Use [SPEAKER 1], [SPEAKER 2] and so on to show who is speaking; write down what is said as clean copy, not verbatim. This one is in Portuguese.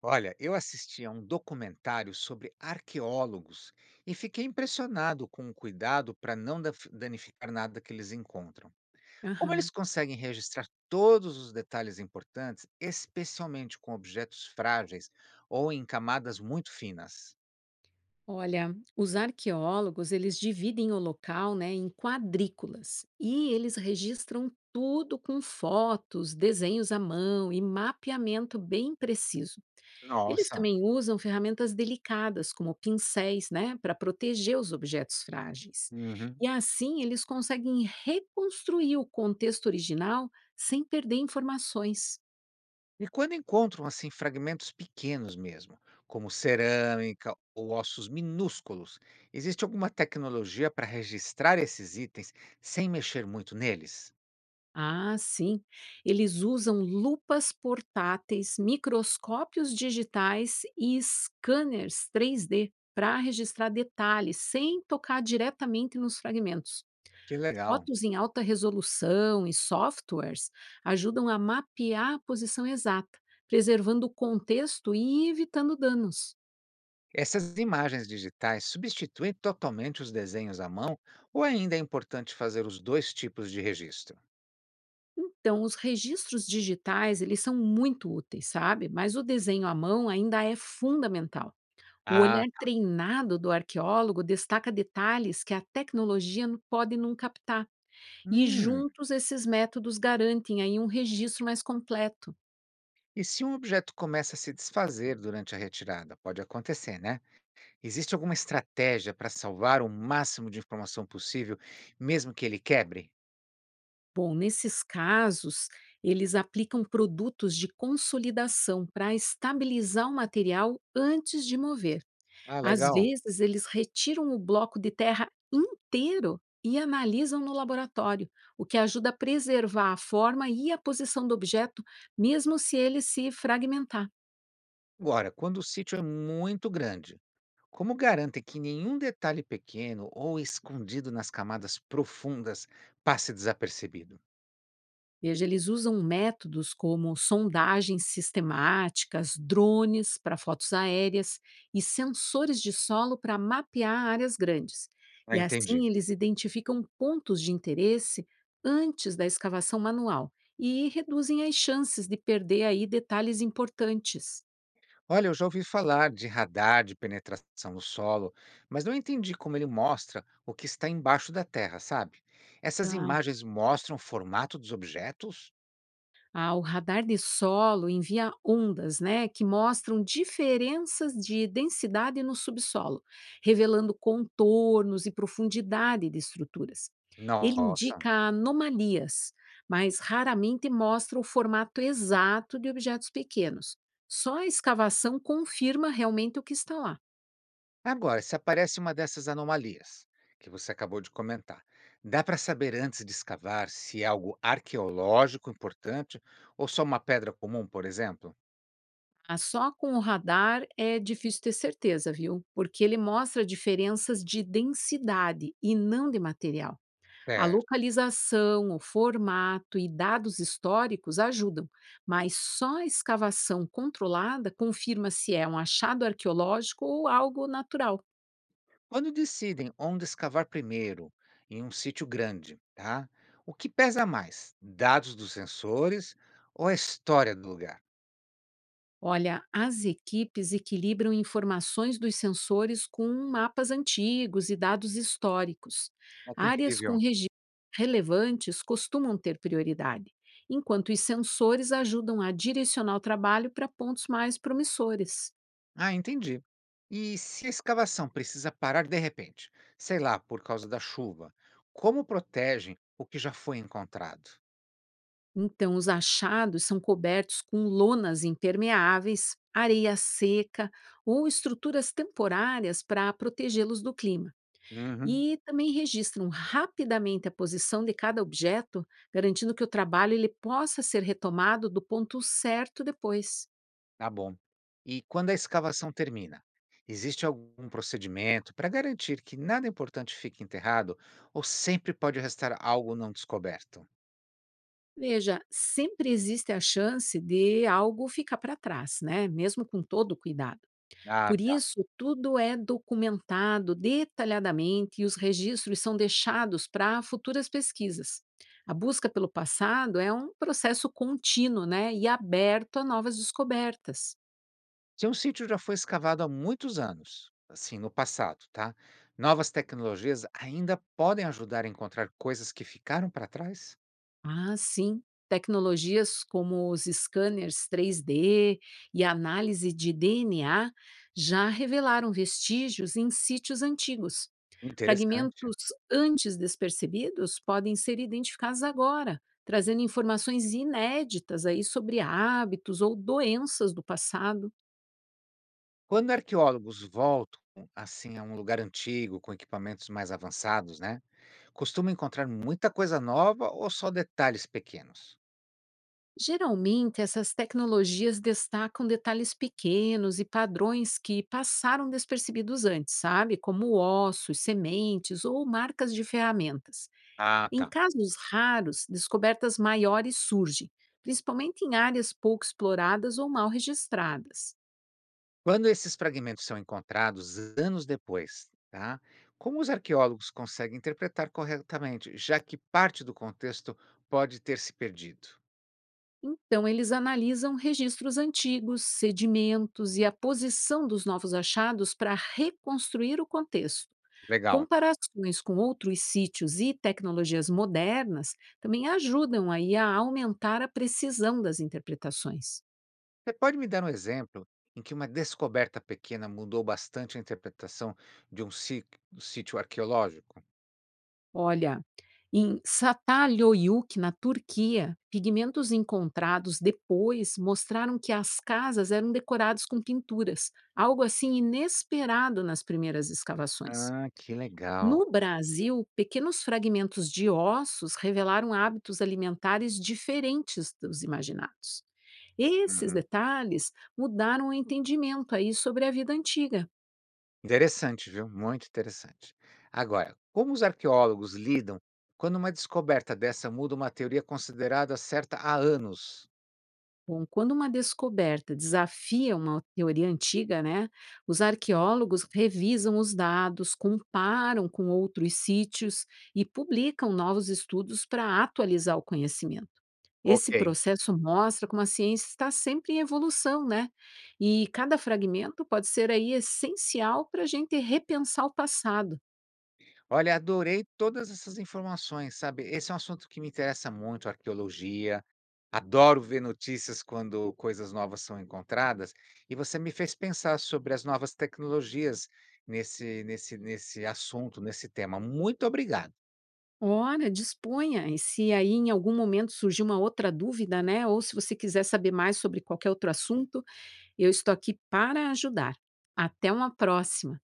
[SPEAKER 1] Olha, eu assisti a um documentário sobre arqueólogos e fiquei impressionado com o cuidado para não danificar nada que eles encontram. Como eles
[SPEAKER 2] Aham.
[SPEAKER 1] conseguem registrar todos os detalhes importantes, especialmente com objetos frágeis ou em camadas muito finas?
[SPEAKER 2] Olha, os arqueólogos, eles dividem o local, né, em quadrículas e eles registram tudo com fotos, desenhos à mão e mapeamento bem preciso. Eles
[SPEAKER 1] Nossa!
[SPEAKER 2] também usam ferramentas delicadas, como pincéis, né, para proteger os objetos frágeis.
[SPEAKER 1] Uhum.
[SPEAKER 2] E assim eles conseguem reconstruir o contexto original sem perder informações.
[SPEAKER 1] E quando encontram assim fragmentos pequenos mesmo, como cerâmica ou ossos minúsculos, existe alguma tecnologia para registrar esses itens sem mexer muito neles?
[SPEAKER 2] Ah, sim. Eles usam lupas portáteis, microscópios digitais e scanners 3D para registrar detalhes sem tocar diretamente nos fragmentos.
[SPEAKER 1] Que legal!
[SPEAKER 2] Fotos em alta resolução e softwares ajudam a mapear a posição exata, preservando o contexto e evitando danos.
[SPEAKER 1] Essas imagens digitais substituem totalmente os desenhos à mão ou ainda é importante fazer os dois tipos de registro?
[SPEAKER 2] Então, os registros digitais, eles são muito úteis, sabe? Mas o desenho à mão ainda é fundamental. O
[SPEAKER 1] Ah,
[SPEAKER 2] olhar treinado do arqueólogo destaca detalhes que a tecnologia pode não captar, e
[SPEAKER 1] hum.
[SPEAKER 2] juntos esses métodos garantem aí um registro mais completo.
[SPEAKER 1] E se um objeto começa a se desfazer durante a retirada? Pode acontecer, né? Existe alguma estratégia para salvar o máximo de informação possível, mesmo que ele quebre?
[SPEAKER 2] Bom, nesses casos, eles aplicam produtos de consolidação para estabilizar o material antes de mover.
[SPEAKER 1] Ah,
[SPEAKER 2] Às
[SPEAKER 1] legal.
[SPEAKER 2] vezes, eles retiram o bloco de terra inteiro e analisam no laboratório, o que ajuda a preservar a forma e a posição do objeto, mesmo se ele se fragmentar.
[SPEAKER 1] Agora, quando o sítio é muito grande, como garante que nenhum detalhe pequeno ou escondido nas camadas profundas passe desapercebido?
[SPEAKER 2] Veja, eles usam métodos como sondagens sistemáticas, drones para fotos aéreas e sensores de solo para mapear áreas grandes.
[SPEAKER 1] Ah,
[SPEAKER 2] E
[SPEAKER 1] entendi.
[SPEAKER 2] assim eles identificam pontos de interesse antes da escavação manual e reduzem as chances de perder aí detalhes importantes.
[SPEAKER 1] Olha, eu já ouvi falar de radar de penetração no solo, mas não entendi como ele mostra o que está embaixo da terra, sabe? Essas imagens mostram o formato dos objetos?
[SPEAKER 2] Ah, o radar de solo envia ondas, né, que mostram diferenças de densidade no subsolo, revelando contornos e profundidade de estruturas. Ele
[SPEAKER 1] Nossa.
[SPEAKER 2] indica anomalias, mas raramente mostra o formato exato de objetos pequenos. Só a escavação confirma realmente o que está lá.
[SPEAKER 1] Agora, se aparece uma dessas anomalias que você acabou de comentar, dá para saber antes de escavar se é algo arqueológico importante ou só uma pedra comum, por exemplo?
[SPEAKER 2] Ah, só com o radar é difícil ter certeza, viu? Porque ele mostra diferenças de densidade e não de material. A
[SPEAKER 1] Certo.
[SPEAKER 2] localização, o formato e dados históricos ajudam, mas só a escavação controlada confirma se é um achado arqueológico ou algo natural.
[SPEAKER 1] Quando decidem onde escavar primeiro, em um sítio grande, tá? O que pesa mais, dados dos sensores ou a história do lugar?
[SPEAKER 2] Olha, as equipes equilibram informações dos sensores com mapas antigos e dados históricos.
[SPEAKER 1] Olha que
[SPEAKER 2] Áreas com
[SPEAKER 1] incrível.
[SPEAKER 2] registros relevantes costumam ter prioridade, enquanto os sensores ajudam a direcionar o trabalho para pontos mais promissores.
[SPEAKER 1] Ah, entendi. E se a escavação precisa parar de repente, sei lá, por causa da chuva, como protegem o que já foi encontrado?
[SPEAKER 2] Então, os achados são cobertos com lonas impermeáveis, areia seca ou estruturas temporárias para protegê-los do clima.
[SPEAKER 1] Uhum,
[SPEAKER 2] E também registram rapidamente a posição de cada objeto, garantindo que o trabalho ele possa ser retomado do ponto certo depois.
[SPEAKER 1] tá bom. E quando a escavação termina, existe algum procedimento para garantir que nada importante fique enterrado ou sempre pode restar algo não descoberto?
[SPEAKER 2] Veja, sempre existe a chance de algo ficar para trás, né? Mesmo com todo o cuidado.
[SPEAKER 1] Ah,
[SPEAKER 2] Por
[SPEAKER 1] tá.
[SPEAKER 2] isso, tudo é documentado detalhadamente e os registros são deixados para futuras pesquisas. A busca pelo passado é um processo contínuo, né, e aberto a novas descobertas.
[SPEAKER 1] Se um sítio já foi escavado há muitos anos, assim, no passado, tá? Novas tecnologias ainda podem ajudar a encontrar coisas que ficaram para trás?
[SPEAKER 2] Ah, sim. Tecnologias como os scanners 3D e análise de DNA já revelaram vestígios em sítios antigos.
[SPEAKER 1] Interessante.
[SPEAKER 2] Fragmentos antes despercebidos podem ser identificados agora, trazendo informações inéditas aí sobre hábitos ou doenças do passado.
[SPEAKER 1] Quando arqueólogos voltam assim a um lugar antigo com equipamentos mais avançados, né? Costumam encontrar muita coisa nova ou só detalhes pequenos?
[SPEAKER 2] Geralmente, essas tecnologias destacam detalhes pequenos e padrões que passaram despercebidos antes, sabe? Como ossos, sementes ou marcas de ferramentas.
[SPEAKER 1] Ah,
[SPEAKER 2] Em
[SPEAKER 1] tá.
[SPEAKER 2] casos raros, descobertas maiores surgem, principalmente em áreas pouco exploradas ou mal registradas.
[SPEAKER 1] Quando esses fragmentos são encontrados anos depois, tá? Como os arqueólogos conseguem interpretar corretamente, já que parte do contexto pode ter se perdido?
[SPEAKER 2] Então, eles analisam registros antigos, sedimentos e a posição dos novos achados para reconstruir o contexto.
[SPEAKER 1] Legal.
[SPEAKER 2] Comparações com outros sítios e tecnologias modernas também ajudam aí a aumentar a precisão das interpretações.
[SPEAKER 1] Você pode me dar um exemplo em que uma descoberta pequena mudou bastante a interpretação de sítio arqueológico?
[SPEAKER 2] Olha, em Satalhöyük, na Turquia, pigmentos encontrados depois mostraram que as casas eram decoradas com pinturas, algo assim inesperado nas primeiras escavações.
[SPEAKER 1] Ah, que legal.
[SPEAKER 2] No Brasil, pequenos fragmentos de ossos revelaram hábitos alimentares diferentes dos imaginados. Esses
[SPEAKER 1] Uhum.
[SPEAKER 2] detalhes mudaram o entendimento aí sobre a vida antiga.
[SPEAKER 1] Interessante, viu? Muito interessante. Agora, como os arqueólogos lidam quando uma descoberta dessa muda uma teoria considerada certa há anos?
[SPEAKER 2] Bom, quando uma descoberta desafia uma teoria antiga, né, os arqueólogos revisam os dados, comparam com outros sítios e publicam novos estudos para atualizar o conhecimento. Esse
[SPEAKER 1] Ok.
[SPEAKER 2] processo mostra como a ciência está sempre em evolução, né? E cada fragmento pode ser aí essencial para a gente repensar o passado.
[SPEAKER 1] Olha, adorei todas essas informações, sabe? Esse é um assunto que me interessa muito, arqueologia. Adoro ver notícias quando coisas novas são encontradas. E você me fez pensar sobre as novas tecnologias nesse assunto, nesse tema. Muito obrigado.
[SPEAKER 2] Ora, disponha. E se aí em algum momento surgir uma outra dúvida, né? Ou se você quiser saber mais sobre qualquer outro assunto, eu estou aqui para ajudar. Até uma próxima.